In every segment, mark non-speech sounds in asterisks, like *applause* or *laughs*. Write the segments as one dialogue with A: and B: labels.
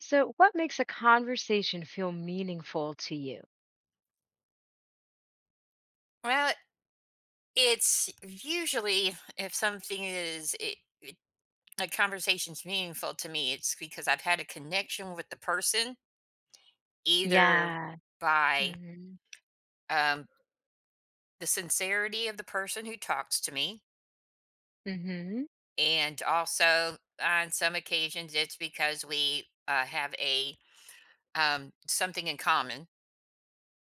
A: So, what makes a conversation feel meaningful to you?
B: Well, it's usually if something is it, it, a conversation's meaningful to me. It's because I've had a connection with the person, either
A: Yeah.
B: by
A: Hmm.
B: um, the sincerity of the person who talks to me,
A: Hmm.
B: and also on some occasions it's because we have a something in common.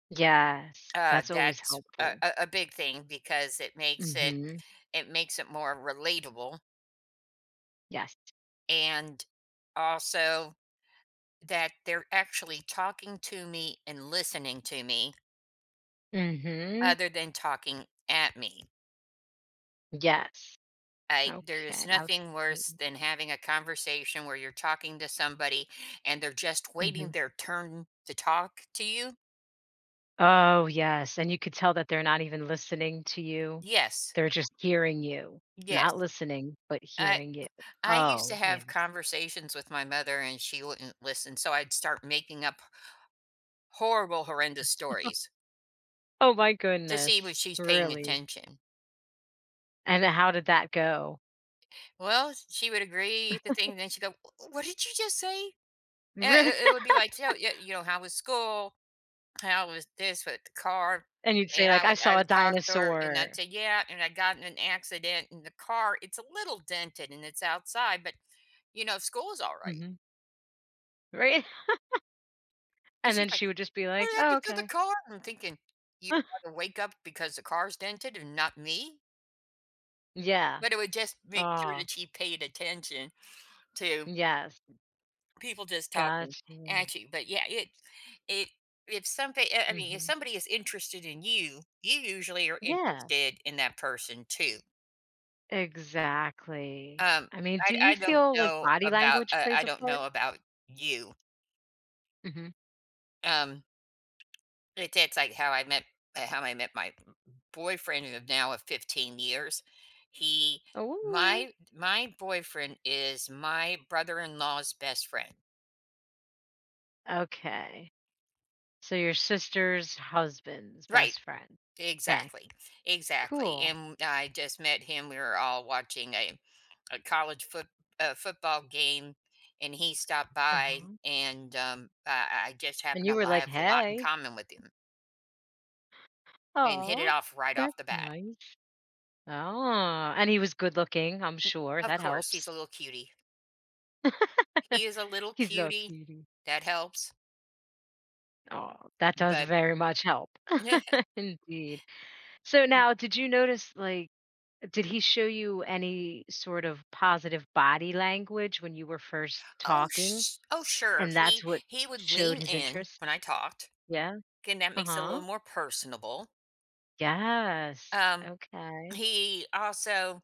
A: Yes.
B: Uh,
A: That's always
B: that's a,
A: helpful.
B: a a big thing because it makes it
A: Hmm.
B: it makes it more relatable,
A: Yes.
B: and also that they're actually talking to me and listening to me
A: Hmm.
B: other than talking at me.
A: Yes.
B: There
A: Okay.
B: is nothing worse
A: Absolutely.
B: than having a conversation where you're talking to somebody and they're just waiting
A: Hmm.
B: their turn to talk to you.
A: Oh, yes. And you could tell that they're not even listening to you.
B: Yes.
A: They're just hearing you, not
B: Yes.
A: listening, but
B: I
A: hearing you.
B: I used to
A: Oh, yeah.
B: have conversations with my mother and she wouldn't listen, so I'd start making up horrible, horrendous stories
A: Oh, my
B: to see
A: goodness.
B: if she's paying
A: Really?
B: attention.
A: And how did that go? *laughs*
B: Well, she would agree to things, and she'd go, "What did you just say?" Yeah,
A: Really? *laughs*
B: it would be like, so, yeah, how was school? How was this with the car?
A: And you'd say,
B: And I
A: like, I
B: would I
A: saw a
B: would talk to her and I'd
A: dinosaur.
B: say, "Yeah, and I got in an accident in the car. It's a little dented and it's outside, but school is all right."
A: Mhm. Right? *laughs*
B: And
A: And
B: she's
A: then
B: like,
A: she would just be like,
B: "What
A: "Oh,
B: happened to the
A: okay."
B: car?" I'm thinking, "You
A: *laughs*
B: gotta wake up because the car's dented and not me."
A: Yeah.
B: But it would just make sure
A: Oh,
B: that she paid attention to
A: yes.
B: people just talking
A: Gotcha.
B: at you. But yeah, it if something. I mean if
A: Mhm.
B: somebody is interested in you, you usually are
A: Yeah,
B: interested in that person too.
A: exactly.
B: Um,
A: I mean, do you feel like body language
B: I
A: plays a
B: don't
A: part?
B: know about you.
A: Mhm.
B: Um, that's like how I met my boyfriend of now of 15 years. He
A: Ooh.
B: my my boyfriend is my brother in law's best friend.
A: Okay. So your sister's husband's
B: Right.
A: best friend. Okay.
B: Exactly, exactly,
A: Cool.
B: and I just met him. We were all watching a college foot football game, and he stopped by,
A: Uh-huh.
B: and, I just
A: And
B: happened
A: you
B: to
A: were
B: li
A: like,
B: have a lot in
A: "Hey."
B: common with him and hit it
A: Oh,
B: off right
A: that's
B: off the bat.
A: nice. Oh, and he was good looking, I'm sure.
B: Of
A: That
B: course, he's
A: helps.
B: a little cutie. He is a little
A: He's a little
B: cutie.
A: cutie.
B: That helps,
A: Oh, that does
B: but
A: very much help.
B: *laughs*
A: *laughs* Indeed. So now, did you notice, like, did he show you any sort of positive body language when you were first
B: Oh,
A: talking?
B: sh oh, sure,
A: And that's
B: he
A: what
B: he would
A: showed
B: lean
A: his
B: in
A: interest?
B: when I talked,
A: Yeah?
B: and that makes it a
A: Uh-huh.
B: little more personable.
A: Yes.
B: Um,
A: Okay.
B: he also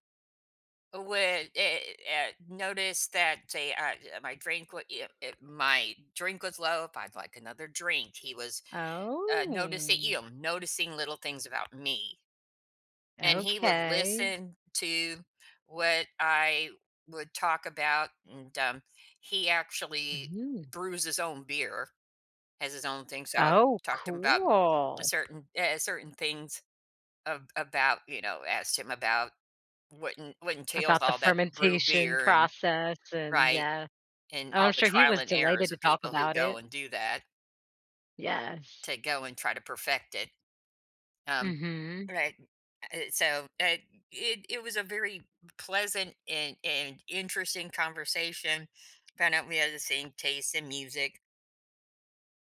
B: would notice that they my drink wa- yeah, it, my drink was low. If I'd like another drink he was noticing you
A: Oh,
B: know noticing little things about me, and he would
A: okay.
B: listen to what I would talk about. And he actually
A: Mhm.
B: brews his own beer, has his own thing, so I
A: Oh,
B: talked to him about a
A: cool.
B: certain certain things of, about you know asked him about what entails
A: About the
B: all that, to brew
A: fermentation
B: beer, and
A: process and
B: right,
A: yeah.
B: and
A: Oh, I'm
B: all the
A: sure he
B: trial
A: was
B: and
A: delighted
B: errors
A: to
B: of
A: talk
B: people who
A: about
B: go
A: it.
B: and do that,
A: Yes.
B: to go and try to perfect it, um,
A: Mhm.
B: right, uh, so, uh, it was a very pleasant and interesting conversation. Found out we had the same taste in music,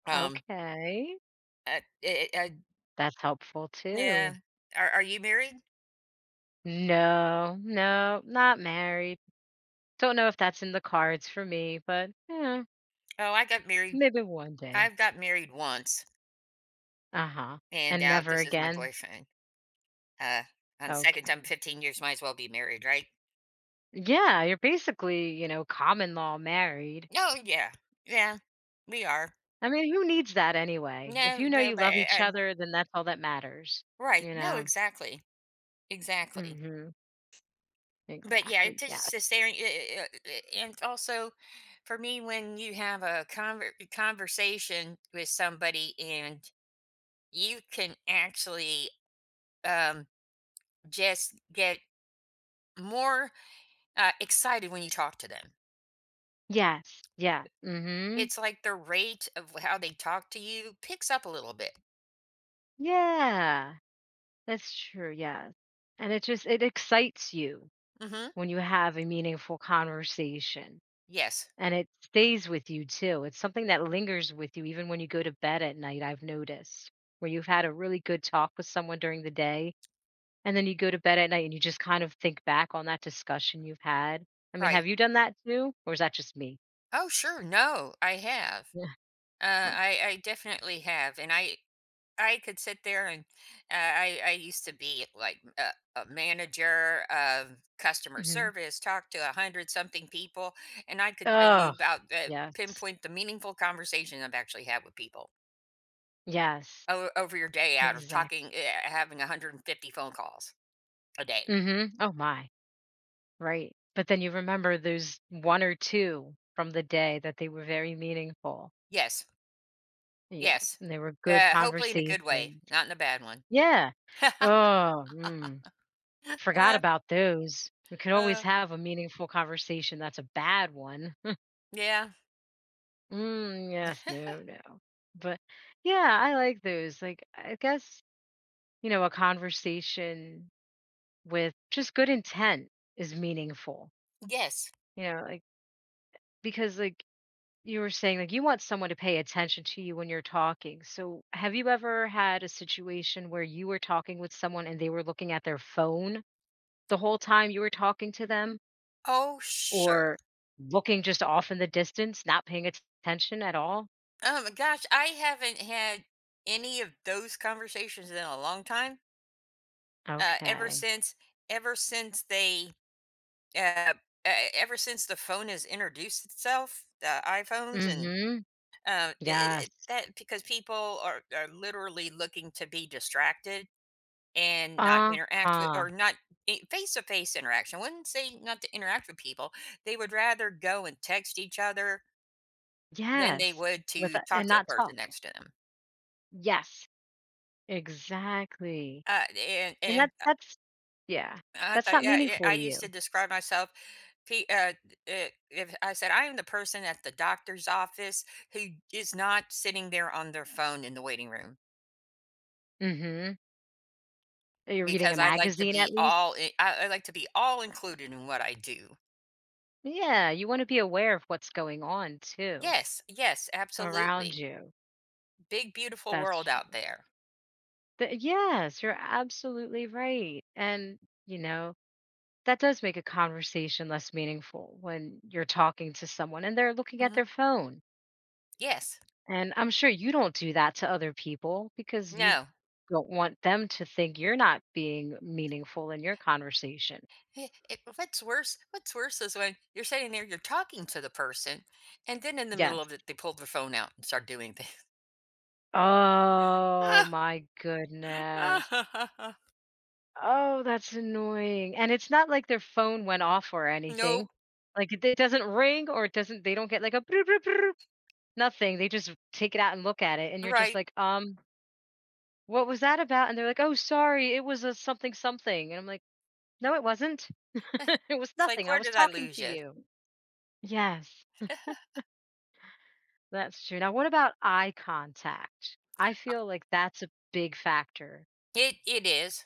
B: um,
A: Okay,
B: uh, eh eh, uh,
A: that's helpful too.
B: yeah. Are you married?
A: No, no, not married. Don't know if that's in the cards for me, but yeah,
B: Oh,
A: maybe one day.
B: I've got married once,
A: Uh-huh.
B: and
A: And
B: now
A: never
B: this is my
A: again.
B: boyfriend, uh, on the 2nd
A: Okay.
B: time 15 years, might as well be married, right?
A: Yeah, you're basically, you know, common law married.
B: Oh, yeah, yeah, we are.
A: I mean, who needs that anyway? If
B: No,
A: you know
B: no,
A: you
B: but
A: love each
B: I
A: other, then that's all that matters,
B: right.
A: you
B: No,
A: know?
B: exactly. Exactly.
A: Mm-hmm.
B: But yeah, it
A: Exactly. Yes.
B: just the staring, and also for me when you have a conversation with somebody and you can actually um just get more excited when you talk to them.
A: Yes. Yeah. Mm-hmm.
B: It's like the rate of how they talk to you picks up a little bit.
A: Yeah. That's true, yes, and it just it excites you
B: Mhm.
A: when you have a meaningful conversation,
B: Yes.
A: and it stays with you too. It's something that lingers with you even when you go to bed at night, I've noticed, where you've had a really good talk with someone during the day, and then you go to bed at night and you just kind of think back on that discussion you've had. I mean,
B: Right.
A: have you done that too, or is that just me?
B: Oh, sure. No, I have.
A: Yeah.
B: Uh, I definitely have, and I could sit there, and I used to be like a manager of customer
A: Mhm.
B: service, talk to a hundred something people, and I could tell you
A: Oh,
B: about the
A: yes.
B: pinpoint the meaningful conversation I've actually had with people
A: Yes,
B: over your day out of
A: exactly.
B: talking, having 150 phone calls a day.
A: Mhm. Oh my. Right. But then you remember those 1 or 2 from the day that they were very meaningful.
B: Yes,
A: Yeah,
B: yes.
A: and they were good
B: Hopefully in a good way,
A: conversations.
B: not in a bad one.
A: Yeah.
B: *laughs*
A: Oh, mm, forgot
B: uh,
A: about those. We could always
B: uh,
A: have a meaningful conversation that's a bad one. *laughs*
B: yeah.
A: Mm, yes,
B: *laughs*
A: no, no. But, yeah, I like those, like, I guess, you know, a conversation with just good intent is meaningful,
B: Yes.
A: you know, like because, like, you were saying like you want someone to pay attention to you when you're talking. So, have you ever had a situation where you were talking with someone and they were looking at their phone the whole time you were talking to them
B: Oh, sure.
A: or looking just off in the distance, not paying attention at all?
B: Gosh, I haven't had any of those conversations in a long time. Uh, ever
A: Okay.
B: since, ever since they, uh, Ever since the phone has introduced itself, the iPhones, and
A: Mhm.
B: it, it,
A: Yes.
B: that because people are literally looking to be distracted and not interact with,
A: Uh-huh.
B: or not face to face interaction. I wouldn't say not to interact with people. They would rather go and text each other than they
A: Yes.
B: would
A: With
B: to
A: a, and
B: talk to the
A: not
B: person
A: talk.
B: next to them,
A: Yes. Exactly.
B: and
A: And that
B: and
A: that's yeah.
B: I
A: That's
B: thought,
A: not
B: yeah, yeah,
A: meaningful
B: I
A: to
B: used to
A: you.
B: describe myself. P, uh, if I said, I am the person at the doctor's office who is not sitting there on their phone in the waiting room
A: Mhm. You're reading a
B: because
A: magazine at least?
B: I like to be all included in what I do.
A: Yeah, you wanna be aware of what's going on too
B: Yes, yes,
A: around
B: absolutely.
A: you.
B: Big beautiful
A: That's
B: world out
A: true.
B: there.
A: Th yes, you're absolutely right, and, you know, that does make a conversation less meaningful when you're talking to someone and they're looking at
B: Hmm.
A: their phone,
B: Yes,
A: and I'm sure you don't do that to other people because you
B: no.
A: don't want them to think you're not being meaningful in your conversation.
B: What's worse? What's worse is when you're sitting there, you're talking to the person, and then in the middle
A: Yes.
B: of it, they pull their phone out and start doing things.
A: Oh
B: *laughs*
A: my goodness.
B: Ah, *laughs*
A: Oh, that's annoying, and it's not like their phone went off or anything.
B: Nope.
A: Like, it doesn't ring or it doesn't they don't get like a brr, brr, brr, nothing. They just take it out and look at it, and you're just
B: Right.
A: like, what was that about?" And they're like, "Oh, sorry, it was a something something." And I'm like, "No, it wasn't. *laughs* It was
B: It's like,
A: nothing. I
B: where
A: was
B: did I
A: talking
B: lose
A: to
B: you?
A: you." Yes, that's true. Now what about eye contact? I feel like that's a big factor.
B: It is.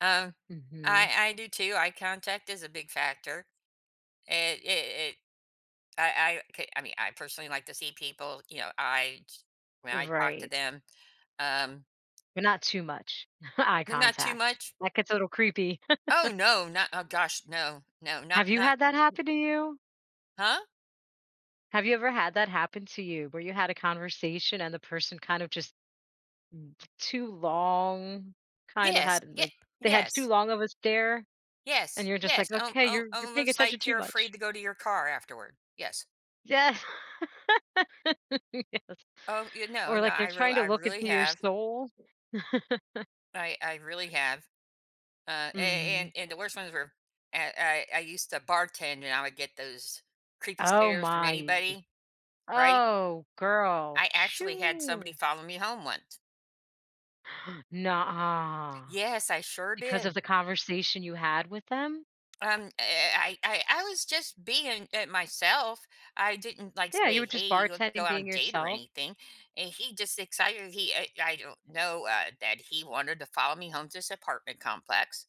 B: Um,
A: Mhm.
B: I do too. Eye contact is a big factor. It I I ca- I mean I personally like to see people. You know, I when I talk to
A: Right.
B: them, um,
A: But not too much *laughs* eye
B: not too
A: contact.
B: much.
A: That gets a little creepy.
B: Oh no, not oh gosh, no, no, not
A: Have you
B: not
A: had that happen to you?
B: huh?
A: Have you ever had that happen to you where you had a conversation and the person kind of just m- too long, kind of
B: Yes,
A: had
B: yeah,
A: like they had too
B: yes,
A: long of a stare and
B: yes,
A: you're just like,
B: yes.
A: "Okay, you're paying
B: Almost
A: attention
B: like
A: too
B: you're
A: much."
B: afraid to go to your car afterward. Yes.
A: Yes. *laughs* Yes.
B: Oh yeah, no,
A: Or
B: no.
A: like
B: I
A: they're
B: really,
A: trying to look into your
B: have.
A: soul. *laughs*
B: I really have. Uh, a- and
A: Mhm.
B: and the worst ones were I used to bartend, and I would get those creepy
A: Oh
B: stares from
A: my.
B: anybody, right?
A: Oh, girl.
B: I actually had somebody
A: Shoo.
B: follow me home once.
A: *gasps* Nah.
B: Yes, I sure
A: Because of
B: did.
A: the conversation you had with them?
B: I was just being at myself. I didn't like
A: Yeah, you
B: say,
A: were just
B: "Hey, let's
A: bartending
B: go out
A: being
B: on date" or
A: yourself.
B: anything. And he just excited. I don't know that he wanted to follow me home to this apartment complex,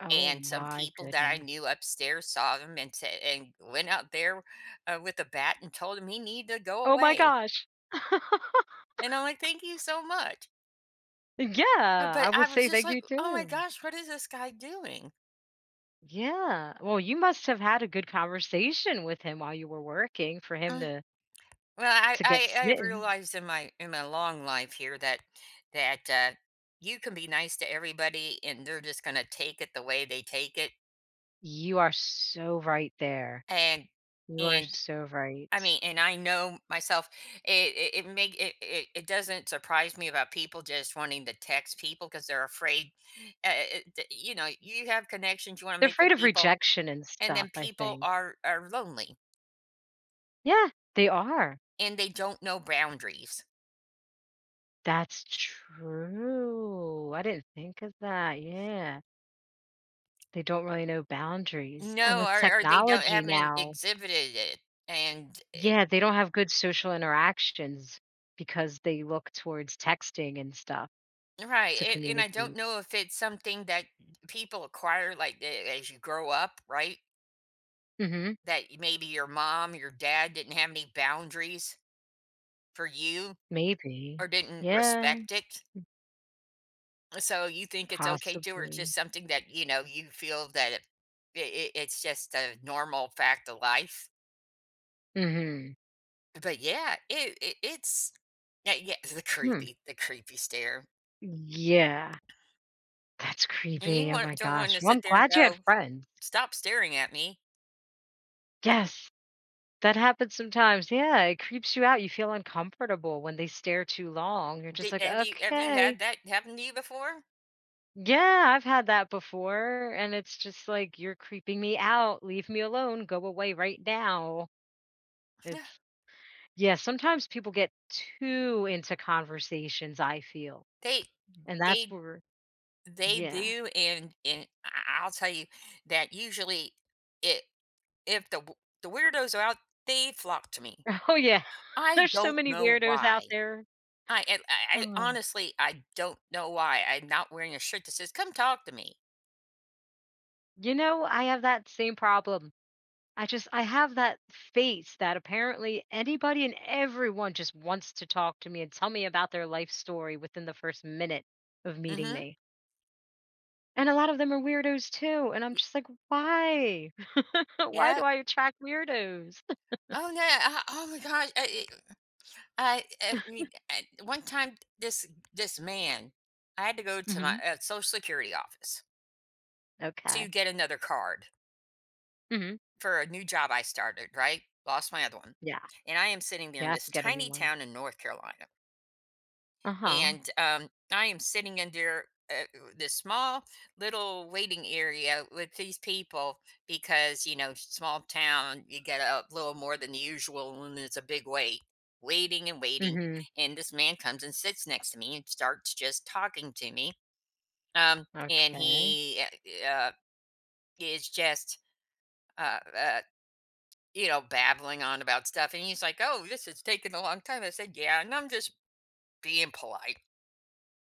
A: Oh
B: and some
A: my
B: people that I
A: goodness.
B: knew upstairs saw him and said and went out there, with a bat, and told him he needed to go
A: Oh my
B: away,
A: gosh. *laughs*
B: and I'm like, "Thank you so much."
A: Yeah, I
B: But
A: would
B: I was
A: say
B: just
A: thank you
B: like, "Oh my
A: too.
B: gosh, what is this guy doing?"
A: Yeah. Well, you must have had a good conversation with him while you were working for him
B: Mm.
A: to
B: Well, I
A: to get
B: I I
A: smitten.
B: realized in my long life here that that, you can be nice to everybody, and they're just gonna take it the way they take it,
A: You are so right there.
B: and
A: You are
B: and
A: so
B: I
A: right.
B: mean, and I know myself. It make it, it it doesn't surprise me about people just wanting to text people because they're afraid. Uh, you have connections you want to
A: They're
B: make
A: afraid
B: with
A: of
B: people,
A: rejection and
B: and then
A: stuff, I
B: people
A: think.
B: are lonely
A: Yeah, they are.
B: and they don't know boundaries.
A: That's true. I didn't think of that. Yeah. They don't really know boundaries. And
B: No,
A: with
B: or they don't
A: technology
B: haven't
A: now,
B: exhibited it, and
A: yeah, they don't have good social interactions because they look towards texting and stuff
B: right.
A: to
B: It, and I don't
A: communicate.
B: know if it's something that people acquire like as you grow up, right?
A: Mhm.
B: That maybe your mom, your dad didn't have any boundaries for you,
A: Maybe.
B: or didn't
A: Yeah,
B: respect it. So you think it's okay to, or
A: possibly.
B: just something that, you know, you feel that it it's just a normal fact of life?
A: Mhm.
B: But yeah, *laughs*
A: Hmm.
B: the creepy stare.
A: Yeah. That's
B: And you
A: creepy. Oh
B: want
A: my
B: don't want to
A: gosh. Well,
B: sit
A: I'm
B: there and
A: glad you had
B: go,
A: friends.
B: "Stop staring at me."
A: Yes. That happens sometimes. Yeah, it creeps you out. You feel uncomfortable when they stare too long. You're just
B: Did
A: like,
B: have you
A: "Okay."
B: had that happen to you before?
A: Yeah, I've had that before, and it's just like, "You're creeping me out. Leave me alone. Go away right now."
B: Yeah,
A: It's yeah, sometimes people get too into conversations, I feel,
B: They
A: and that's
B: they
A: where
B: they
A: yeah.
B: do, and I'll tell you that usually it if the weirdos are out, they flock to me.
A: *laughs* Oh, yeah. *laughs*
B: I
A: There's so
B: don't
A: many
B: know
A: weirdos out
B: why.
A: there.
B: I and I I
A: Oh,
B: honestly, I don't know why I'm not wearing a shirt that says, "Come talk to me."
A: you know, I have that same problem. I just I have that face that apparently anybody and everyone just wants to talk to me and tell me about their life story within the first minute of meeting
B: Mhm.
A: me. And a lot of them are weirdos too, and I'm just like, "Why? *laughs* Why do
B: Yep.
A: I attract weirdos?"
B: Oh no! Oh my gosh! I mean, one time, this man, I had to go
A: *laughs*
B: to my
A: Mhm.
B: social security office
A: Okay.
B: to get another card
A: Mhm.
B: for a new job I started. Right, lost my other one,
A: Yeah,
B: and I am sitting there
A: you
B: in
A: have to
B: this
A: get a new
B: tiny
A: one.
B: town in North Carolina.
A: Uh-huh.
B: And I am sitting under this small little waiting area with these people, because small town you get a little more than usual, and it's a big wait, waiting and waiting.
A: Mhm.
B: And this man comes and sits next to me and starts just talking to me, and
A: Okay.
B: he uh, uh, is just uh, uh babbling on about stuff, and he's like, "Oh this is taking a long time." I said, "Yeah," and I'm just being polite.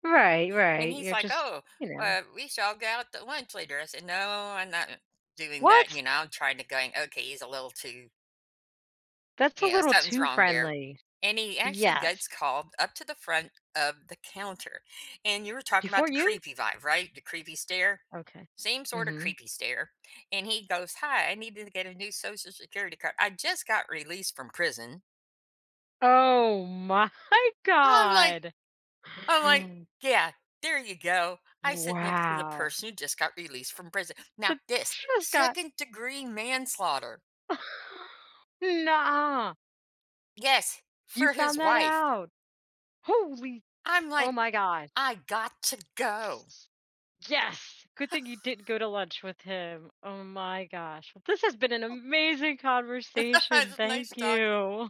A: Right,
B: And
A: right.
B: he's
A: You're
B: like,
A: just,
B: "Oh,
A: you know.
B: we shall go out to lunch later." I said, "No, I'm not doing that."
A: What?
B: I'm trying to going, okay, he's a little too,
A: That's a little
B: something's
A: too
B: wrong there.
A: friendly.
B: And he actually
A: Yes.
B: gets called up to the front of the counter. And you were talking
A: Before
B: about the
A: you?
B: creepy vibe, right? The creepy stare.
A: Okay.
B: Same sort of
A: Mhm.
B: creepy stare. And he goes, "Hi, I needed to get a new social security card. I just got released from prison."
A: Oh my *laughs*
B: I'm like,
A: god.
B: I'm like,
A: *gasps*
B: yeah, there you go. I sit next to the
A: Wow.
B: person who just got released from prison. Now,
A: That
B: this
A: just got
B: second degree manslaughter.
A: *laughs* Nah.
B: Yes,
A: You
B: for his
A: found that
B: wife.
A: out. Holy.
B: I'm
A: Oh
B: like,
A: my gosh.
B: I got to go.
A: Yes! Good thing you didn't go to lunch with him. Oh my gosh. Well, this has been an amazing
B: *laughs*
A: conversation.
B: It's nice
A: Thank
B: talking.
A: you.